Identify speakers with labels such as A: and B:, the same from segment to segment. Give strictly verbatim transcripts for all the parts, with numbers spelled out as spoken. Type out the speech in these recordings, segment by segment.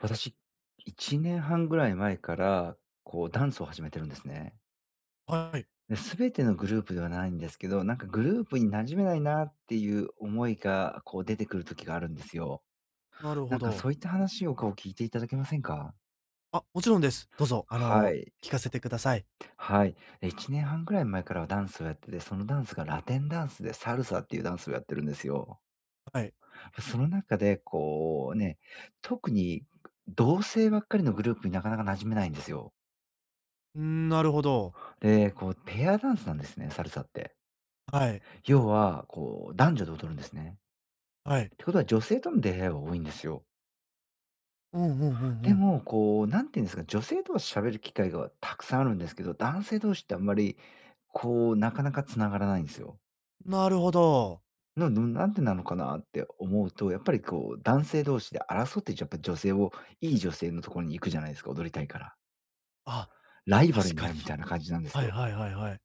A: 私、いちねんはんぐらい前から、こう、ダンスを始めてるんですね。
B: はい。
A: で、全てのグループではないんですけど、なんかグループに馴染めないなっていう思いが、こう出てくる時があるんですよ。
B: なるほ
A: なんか
B: ど。
A: そういった話をこう聞いていただけませんか？
B: あ、もちろんです。どうぞ、あ
A: は
B: の、
A: い。
B: 聞かせてください。
A: はい。え、いちねんはんぐらい前からはダンスをやってて、そのダンスがラテンダンスでサルサっていうダンスをやってるんですよ。
B: はい。
A: その中で、こうね、特に同性ばっかりのグループになかなか馴染めないんですよ。
B: うん、なるほど。
A: で、こう、ペアダンスなんですね、サルサって。
B: はい。
A: 要は、こう、男女で踊るんですね。
B: はい。
A: ってことは女性との出会いは多いんですよ。
B: うんうんうんう
A: で
B: ん。
A: も、こう、なんていうんですか、女性とは喋る機会がたくさんあるんですけど、男性同士ってあんまり、こう、なかなか繋がらないんですよ。
B: なるほど。
A: なのなんでなのかなって思うと、やっぱりこう、男性同士で争って、じゃやっぱ女性をいい女性のところに行くじゃないですか、踊りたいから。
B: あ、
A: ライバル
B: 確
A: に
B: か
A: な
B: に。
A: るみたいな感じなんです
B: はい
A: よ。
B: はいはいはい。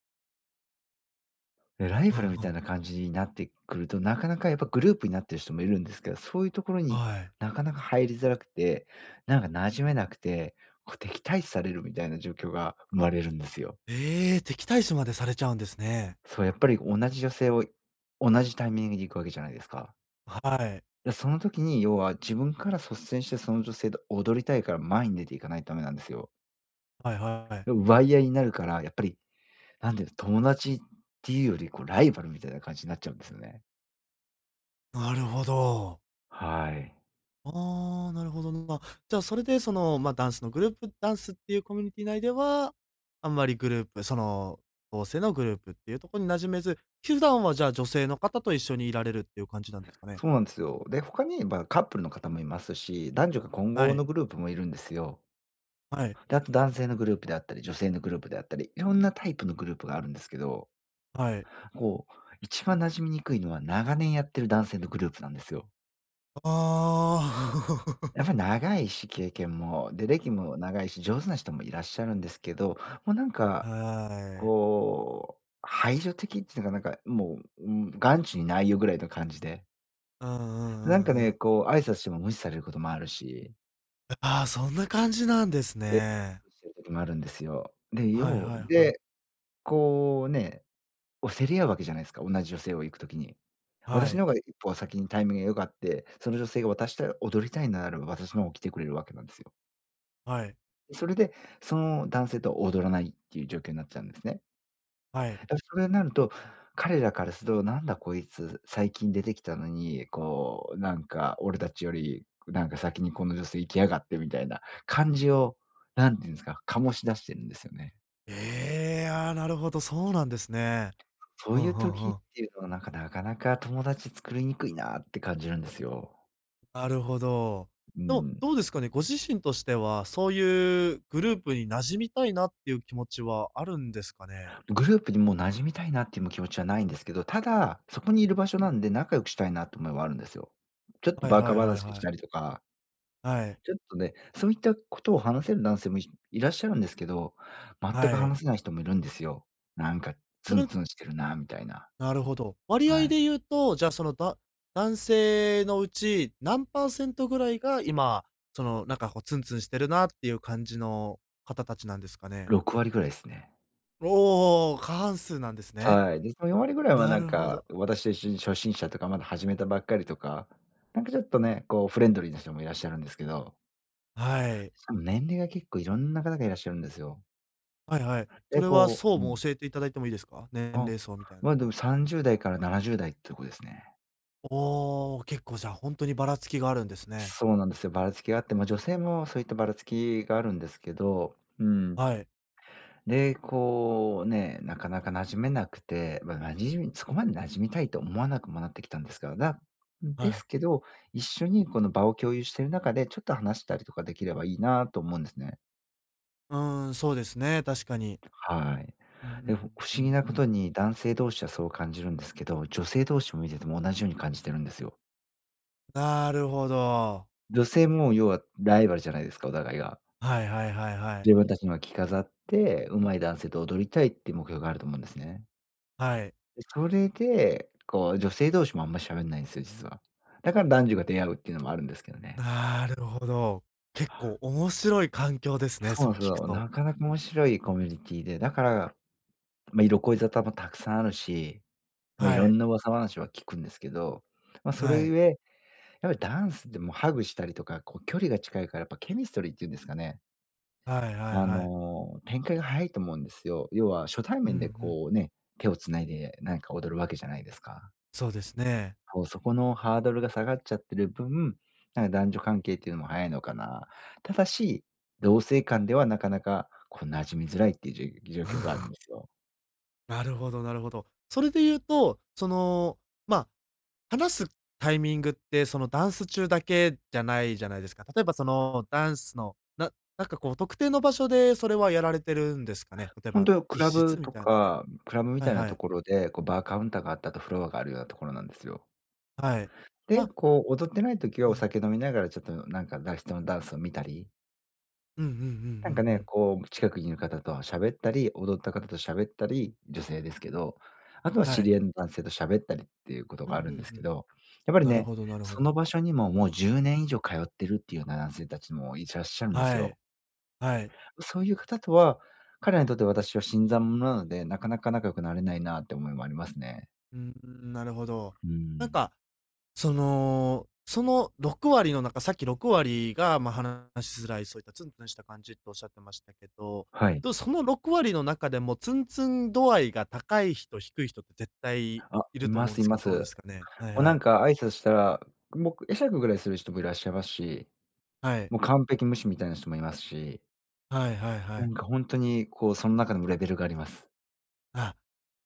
A: ねライ
B: うん
A: バ
B: うん。
A: ルみたいな感じになってくると、なかなかやっぱグループになってる人もいるんですけど、そういうところに
B: はい。
A: なかなか入りづらくて、なんか馴染めなくて、こう敵対視されるみたいな状況が生まれるんですよ。
B: ええ、敵対視までされちゃうんですね。
A: そう、やっぱり同じ女性を同じタイミングで行くわけじゃないですか。
B: はい。
A: で、その時に要は自分から率先してその女性と踊りたいから前に出ていかないとダメなんですよ。
B: はいは
A: で
B: い。
A: 奪い合いになるから、やっぱり、なんていうの、友達っていうよりこうライバルみたいな感じになっちゃうんですよね。
B: なるほど。
A: はい。
B: ああ、なるほどな。まあ、じゃあ、それで、その、まあ、ダンスのグループダンスっていうコミュニティ内では、あんまりグループ、その、同性のグループっていうところに馴染めず、普段はじゃあ、女性の方と一緒にいられるっていう感じなんですかね？
A: そうなんですよ。で、他に、まあ、カップルの方もいますし、男女が混
B: は
A: 合
B: い。
A: のグループもいるんですよ。
B: はい。
A: で、あと男性のグループであったり、女性のグループであったり、いろんなタイプのグループがあるんですけど、
B: はい。
A: こう、一番馴染みにくいのは長年やってる男性のグループなんですよ。
B: あ
A: やっぱり
B: あ。
A: 長いし、経験も、で、歴も長いし、上手な人もいらっしゃるんですけど、もうなん か、
B: はい。
A: こう、排除的っていうか、なんかもう、うん、眼中にないよぐらいの感じで、
B: うんう
A: なん
B: んう
A: か
B: んう
A: ね、
B: ん。
A: こう挨拶しても無視されることもあるし
B: ああ、そんな感じなんです
A: で、
B: ね。
A: そうしてる時もあるんですよ。で、
B: はい
A: よ
B: は
A: う
B: いはい。
A: で、こうね、お競り合うわけじゃないですか、同じ女性を行く時に。
B: は
A: 私
B: い。
A: の方が一歩先にタイミングが良かって、その女性が私と踊りたいならば、私の方来てくれるわけなんですよ。
B: はい。
A: それで、その男性とは踊らないっていう状況になっちゃうんですね。
B: はい。
A: だ、それになると、彼らからすると、なんだこいつ、最近出てきたのに、こう、なんか俺たちより、なんか先にこの女性行きやがってみたいな感じを、なんていうんですか、醸し出してるんですよね。
B: ええー、ああ、なるほど、そうなんですね。
A: そ
B: う
A: うい
B: ん
A: う
B: うん
A: 時
B: う
A: っ
B: ん。
A: ていうのは、なんか、なかなか友達作りにくいなって感じるんですよ。
B: なるほど。
A: う
B: でも、
A: ん。
B: どうですかね、ご自身としては、そういうグループに馴染みたいなっていう気持ちはあるんですかね？
A: グループにもう馴染みたいなっていう気持ちはないんですけど、ただ、そこにいる場所なんで仲良くしたいなって思いはあるんですよ。ちょっと
B: はい
A: バ
B: は
A: カ
B: いはい
A: 話し
B: はい。
A: たりとか、
B: はい。
A: ちょっとね、そういったことを話せる男性もいいらっしゃるんですけど、全く
B: はい。
A: 話せない人もいるんですよ。なんか
B: そ
A: ツン
B: れ
A: ツンしてるなみたいな。
B: なるほど。割合
A: はい。
B: で言うと、じゃあ、その、だ男性のうち、何％パーセントぐらいが今、その、なんかこうツンツンしてるなっていう感じの方たちなんですかね？
A: ろく割ぐらいですね。
B: おお、過半数なんですね。
A: はい。で、そのよん割ぐらいは
B: な
A: なん
B: るほ
A: か、
B: ど。
A: 私と一緒に初心者とかまだ始めたばっかりとか、なんかちょっとね、こうフレンドリーな人もいらっしゃるんですけど、
B: はい。
A: しかも年齢が結構いろんな方がいらっしゃるんですよ。
B: はいはい。そ
A: で、
B: れは
A: こ
B: 層
A: うう
B: も
A: ん。
B: 教えていただいてもいいですか？年
A: あ、
B: 齢層みたいなと
A: ま、
B: こ
A: でも
B: ろ。
A: さんじゅう代からななじゅう代ってとこですね。
B: おお、結構じゃあ本当にばらつきがあるんですね。
A: そうなんですよ。ばらつきがあって、ま、女性もそういったばらつきがあるんですけど、うん。
B: はい、
A: で、こうね、なかなか馴染めなくて、まあ、馴染みそこまで馴染みたいと思わなくもなってきたんですが、だ
B: は
A: で
B: い。
A: すけど、一緒にこの場を共有している中で、ちょっと話したりとかできればいいなと思うんですね。
B: うーん、そうですね、確かに。
A: はい。
B: うんう
A: で、不思
B: んうん
A: 議な
B: うん
A: こ
B: うん。
A: とに男性同士はそう感じるんですけど、女性同士も見てても同じように感じてるんですよ。
B: なるほど。
A: 女性も要はライバルじゃないですか、お互いが。
B: はいはいはいはい。
A: 自分たちには着飾って、上手い男性と踊りたいっていう目標があると思うんですね。
B: はい。
A: それで、こう、女性同士もあんま喋んないんですよ、実は。だから男女が出会うっていうのもあるんですけどね。
B: なるほど。結構面白い環境ですね、
A: そうな
B: そう
A: んです
B: 聞く
A: よ。
B: と。
A: なかなか面白い
B: う
A: コ
B: ん。
A: ミュニティで、だから、ま、色恋沙汰もたくさんあるし、ま、い
B: は
A: ろ
B: い、
A: んな噂話は聞くんですけど、ま、それ
B: はい、
A: ゆえ、やっぱりダンスでもうハグしたりとか、こう距離が近いからやっぱケミストリーっていうんですかね、
B: はいはい
A: あ
B: はい。
A: の、展開が早いと思うんですよ。要は初対
B: うんう
A: 面で
B: ん。
A: こうね、手を繋いで何か踊るわけじゃないですか。
B: そうですね。
A: そう、そこのハードルが下がっちゃってる分、なんか男女関係っていうのも早いのかな。ただし、同性間ではなかなかこう馴染みづらいっていうじょ状況があるんです よ。
B: なるほどなるほど。それで言うと、その、まあ話すタイミングって、そのダンス中だけじゃないじゃないですか。例えばそのダンスの、ななんかこう特定の場所でそれはやられてるんですかね？例え
A: 本
B: ば
A: 当
B: 一
A: クラブ
B: 室み
A: と
B: たいな。
A: か、クラブみ
B: はい
A: たいな
B: は
A: と
B: い。
A: ころで、こうバーカウンターがあったとフロアがあるようなところなんですよ。
B: はい。
A: で、
B: ま、
A: こう踊ってない時は
B: う
A: お
B: ん、
A: 酒飲みながらちょっとなんかだ人のダンスを見たり
B: うんうんうんうんう
A: なんかね、
B: ん。
A: こう、近くにいる方と喋ったり、踊った方と喋ったり、女性ですけど、あとは
B: は
A: 知
B: い。
A: り合いの男性と喋ったりっていうこと
B: うん
A: が
B: う
A: あるんで
B: ん
A: す
B: う
A: け
B: ん。
A: ど、やっぱり
B: なる
A: ね、
B: ほどなるほ
A: その
B: ど。
A: 場所にももうじゅうねん以上通ってるっていうような男性たちもいらっしゃるんです
B: はい。
A: よ。
B: はい。
A: そういう方とは、彼らにとって私は新参者なので、なかなか仲良くなれないなって思いもありますね。
B: うーん、なるほど。
A: う
B: なん
A: ん。
B: かその、そのろく割の中、さっきろく割が、ま、話しづらい、そういったツンツンした感じっておっしゃってましたけど、
A: はい。
B: と、そのろく割の中でもツンツン度合いが高い人、低い人って絶対
A: あ、
B: い
A: い
B: ると
A: ま
B: 思うん
A: す
B: で
A: い
B: すけ
A: ま
B: ど、
A: す。
B: どうで
A: も
B: すかね？はい
A: う
B: は
A: な
B: い。
A: んか挨拶したら、もう会釈ぐらいする人もいらっしゃいますし、
B: はい。
A: もう完璧無視みたいな人もいますし。
B: はいはいは
A: な
B: い。
A: んかほんとにこう、その中でもレベルがあります。
B: あ、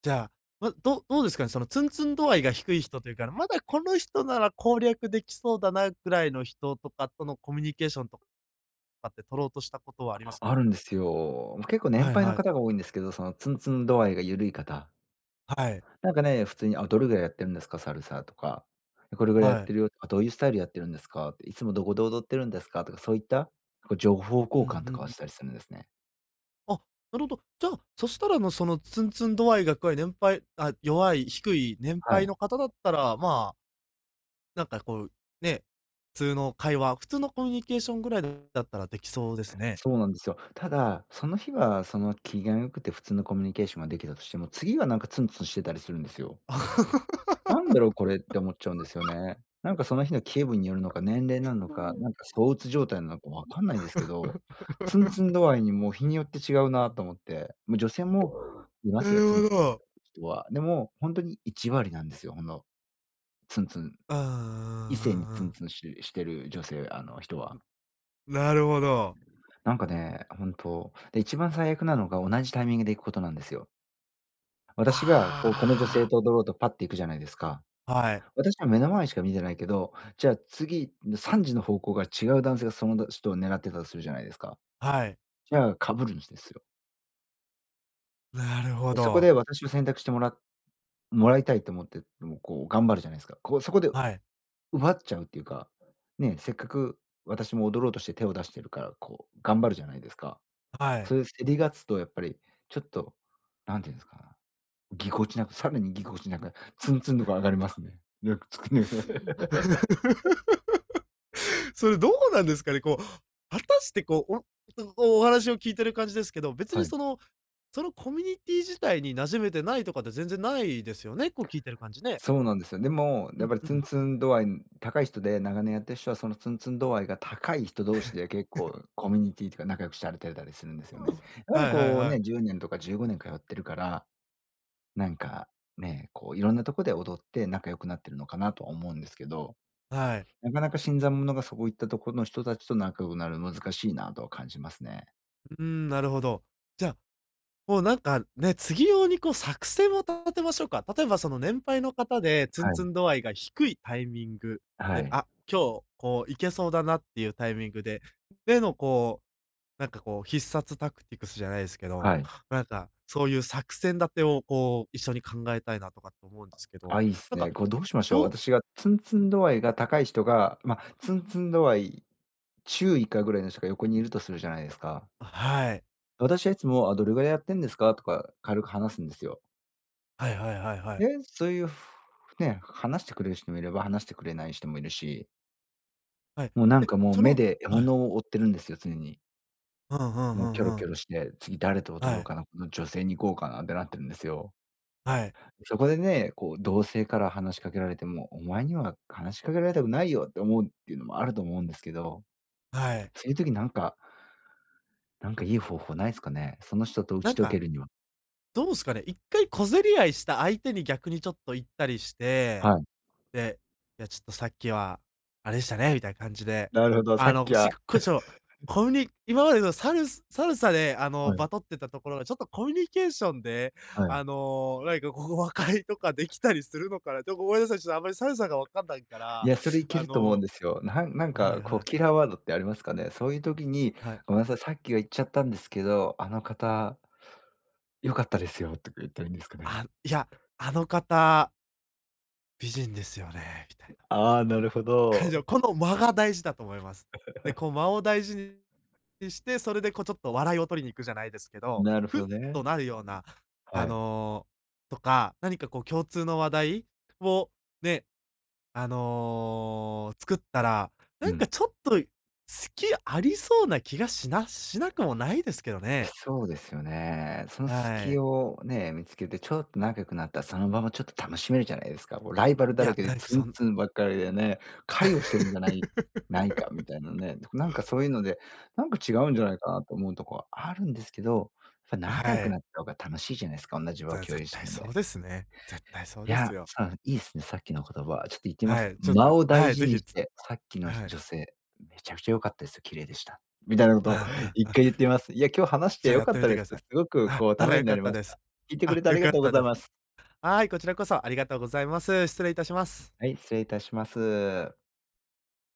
B: じゃあ、ま、どどうですかね、そのツンツン度合いが低い人というか、まだこの人なら攻略できそうだなぐらいの人とかとのコミュニケーションとかって取ろうとしたことはあります
A: あ
B: か？
A: るんですよ。結構年
B: はい
A: 配の
B: はい。
A: 方が多いんですけど、そのツンツン度合いが緩い方。
B: はい。
A: なんかね、普通に「あ、どれぐらいやってるんですか？サルサ」とか「これぐらいやっ
B: はい。
A: てるよ」とか「どういうスタイルやってるんですか？」って「いつもどこで踊ってるんですか？」とか、そういった、こう情報
B: う
A: 交
B: んうん
A: 換と
B: う
A: かを
B: ん
A: し
B: う
A: たり
B: ん。
A: するんですね。
B: あ、なるほど。じゃあ、そしたら、の、その、ツンツン度合いが怖い年配あ、弱い、低い年
A: は
B: 配
A: い。
B: の方だったら、まあ、なんかこう、ね、普通の会話、普通のコミュニケーションぐらいだったらできそうですね。
A: そうなんですよ。ただ、その日はその機嫌良くて普通のコミュニケーションができたとしても、次はなんかツンツンしてたりするんですよ。なんだろうこれって思っちゃうんですよね。なんかその日の気分によるのか、年齢なの
B: う
A: か、
B: ん。
A: なんか躁鬱状態なのかわかんないですけど、ツンツン度合いにもう日によって違うなと思って、もう女性もいま
B: な
A: すよ、ツン
B: るほ
A: ツンし
B: ど。
A: てる人は。でも、ほんとにいちわり割なんですよ、ほんの、ツンツン
B: うんうんう
A: 異性
B: ん
A: に
B: う
A: ツ
B: ん
A: ン
B: うん。
A: ツンししてる女性、あの、人は。
B: なるほど。
A: なんかね、ほんと、で、一番最悪なのが同じタイミングで行くことなんですよ。私がこう、この女性
B: あ
A: と踊ろうとパッて行くじゃないですか。
B: あ、はい、
A: 私は目の前しか見てないけど、じゃあ次、さんじの方向が違う男性がその人を狙ってたとするじゃないですか。
B: はい。
A: じゃあかぶるんですよ。
B: なるほ
A: で、そこ
B: ど。
A: で私を選択してもらもらいたいと思って、もうこう頑張るじゃないですか。こうそこで
B: はい、
A: 奪っちゃうっていうか、ね、せっかく私も踊ろうとして手を出してるから、こう頑張るじゃないですか。
B: はい。
A: そういう競り勝つとやっぱりちょっと、なんていうんですか、ぎこちなく、さらにぎこちなく、ツンツンとか上がりますね。よく作んね。
B: それどうなんですかね、こう、果たしてこう、おお話を聞いてる感じですけど、別に
A: はい。
B: その、そのコミュニティ自体に馴染めてないとかって全然ないですよね、こう聞いてる感じね。
A: そうなんですよ。でも、
B: う
A: やっぱ
B: ん
A: り
B: う
A: ツン
B: ん。
A: ツン度合い高い人で、長年やってる人はそのツンツン度合いが高い人同士で結構コミュニティとか仲良くされてたりするんですよね。やは
B: は
A: り
B: いはい
A: こう
B: は
A: ね、
B: い。
A: じゅうねんとかじゅうごねん通ってるから、なんかね、こういろんなとこで踊って仲良くなってるのかなとは思うんですけど、
B: はい。
A: なかなか新参者がそこ行ったところの人たちと仲良くなるの難しいなとは感じますね。
B: うーん、なるほど。じゃあ、もうなんかね、次用にこう作戦を立てましょうか。例えばその年配の方でツ
A: は
B: ンツ
A: い。
B: ン度合いが低いタイミング
A: は
B: で、
A: い。
B: あ、今日こういけそうだなっていうタイミングで、でのこうなんかこう、必殺タクティクスじゃないですけど、
A: はい。
B: なんか、そういう作戦立てをこう、一緒に考えたいなとかって思うんですけど、
A: あ、いいっす
B: なんか、
A: ね。これどうしましょう。
B: どう
A: 私がツンツン度合いが高い人が、ま、ツンツン度合い中以下ぐらいの人が横にいるとするじゃないですか。
B: はい。
A: 私はいつも、「あ、どれぐらいやってんですか？」とか軽く話すんですよ。
B: はいはいはいはい。
A: で、そういう、ふね、話してくれる人もいれば、話してくれない人もいるし、
B: はい。
A: もうなん
B: で、
A: かもう
B: そ
A: 目
B: の
A: で獲
B: はい。
A: 物を追ってるんですよ、常に。
B: うんうんう
A: もう
B: ん
A: キョロ
B: う
A: キ
B: ん。
A: ョロして、次誰と
B: は
A: 踊ろう
B: い。
A: かな、この女性に行こうかなってなってるんですよ。
B: はい。
A: そこでね、こう同性から話しかけられても、お前には話しかけられたくないよって思うっていうのもあると思うんですけど、
B: はい。
A: そういう時なんかなんかいい方法ないですかね？その人と打
B: な
A: ち
B: ん
A: 解
B: か、
A: けるには。
B: どうすかね、一回小競り合いした相手に逆にちょっと行ったりして
A: はい。
B: で、いやちょっとさっきは、あれでしたね、みたいな感じで、
A: なるほど、さ
B: あ
A: っ
B: の、
A: き
B: し
A: は
B: こちょ、コミュニ今までのサルスサルサで、あの、
A: はい、
B: バトってたところが、ちょっとコミュニケーションで、
A: は
B: あ
A: い。
B: の、なんかここ和解とかできたりするのかな。でもごめんなさい、ちょっとあんまりサルサがわかんないか
A: い
B: ら、
A: や、それいけ
B: あ
A: ると思うん
B: の。
A: ですよ。なんなん
B: はい
A: かこ
B: は
A: う
B: い、
A: キラーワードってありますかね？そういう時に、
B: はい。
A: ごめんなさい、さっきは言っちゃったんですけど、あの方良かったですよとか言ったらいいんですかね？
B: あ、いや、あの方、美人ですよね、みたいな。
A: ああ、なるほ
B: 感情、
A: ど。
B: この間が大事だと思います。で、こう間を大事にして、それでこうちょっと笑いを取りに行くじゃないですけど、
A: なる
B: ふっ
A: ほど
B: と
A: ね。
B: なるような、
A: は
B: あ
A: い。
B: の、とか、何かこう共通の話題をね、あの、作ったら、な
A: う
B: んか
A: ん。
B: ちょっと好きありそうな気がしなしなくもないですけどね。
A: そうですよね。その
B: は
A: 隙
B: い。
A: をね、見つけて、ちょっと仲良くなったら、そのままちょっと楽しめるじゃないですか。もうライバル
B: い
A: だら
B: や、
A: けで
B: なんか
A: ツ
B: そ
A: ン
B: ん
A: ツンばっかりでね、狩りをしてるんじゃないないか みたいなね。なんかそういうので、なんか違うんじゃないかなと思うとこはあるんですけど、やっぱ仲良
B: は
A: く
B: い。
A: なった方が楽しいじゃないですか、同じ場
B: じ
A: を
B: ゃ、
A: 共
B: 絶
A: 有し
B: 対
A: てるの
B: そう
A: で。
B: ですね。絶対そう
A: い
B: です
A: や、
B: よ。
A: そう、いいっすね、さっきの言葉。ちょっと言ってみま
B: は
A: す。
B: い、ちょっ
A: 間
B: と
A: を
B: は
A: 大
B: い、
A: 事
B: ぜ
A: に
B: ひ。
A: して、さっきの
B: はい。
A: 女性、めちゃくちゃ良かったですよ、綺麗でした。みたいなことを
B: ああ、あ
A: 一
B: あ、
A: 回言ってみます。いや、今日話し
B: じ
A: て
B: ゃあ
A: 良
B: やっ
A: か
B: て
A: っ
B: み
A: た
B: て
A: で
B: くだ
A: す。
B: さい。
A: すごく
B: あ、
A: こう
B: な
A: た
B: ら
A: め
B: 良
A: に
B: か
A: な
B: っ
A: り
B: た
A: まし
B: です。
A: た。聞いてく
B: あ、
A: れてあ
B: 良
A: り
B: か
A: が
B: っ
A: とうご
B: た
A: ざ
B: で
A: い
B: す。
A: ます。
B: はい、こちらこそありがとうございます。失礼いたします。
A: はい、失礼いたします。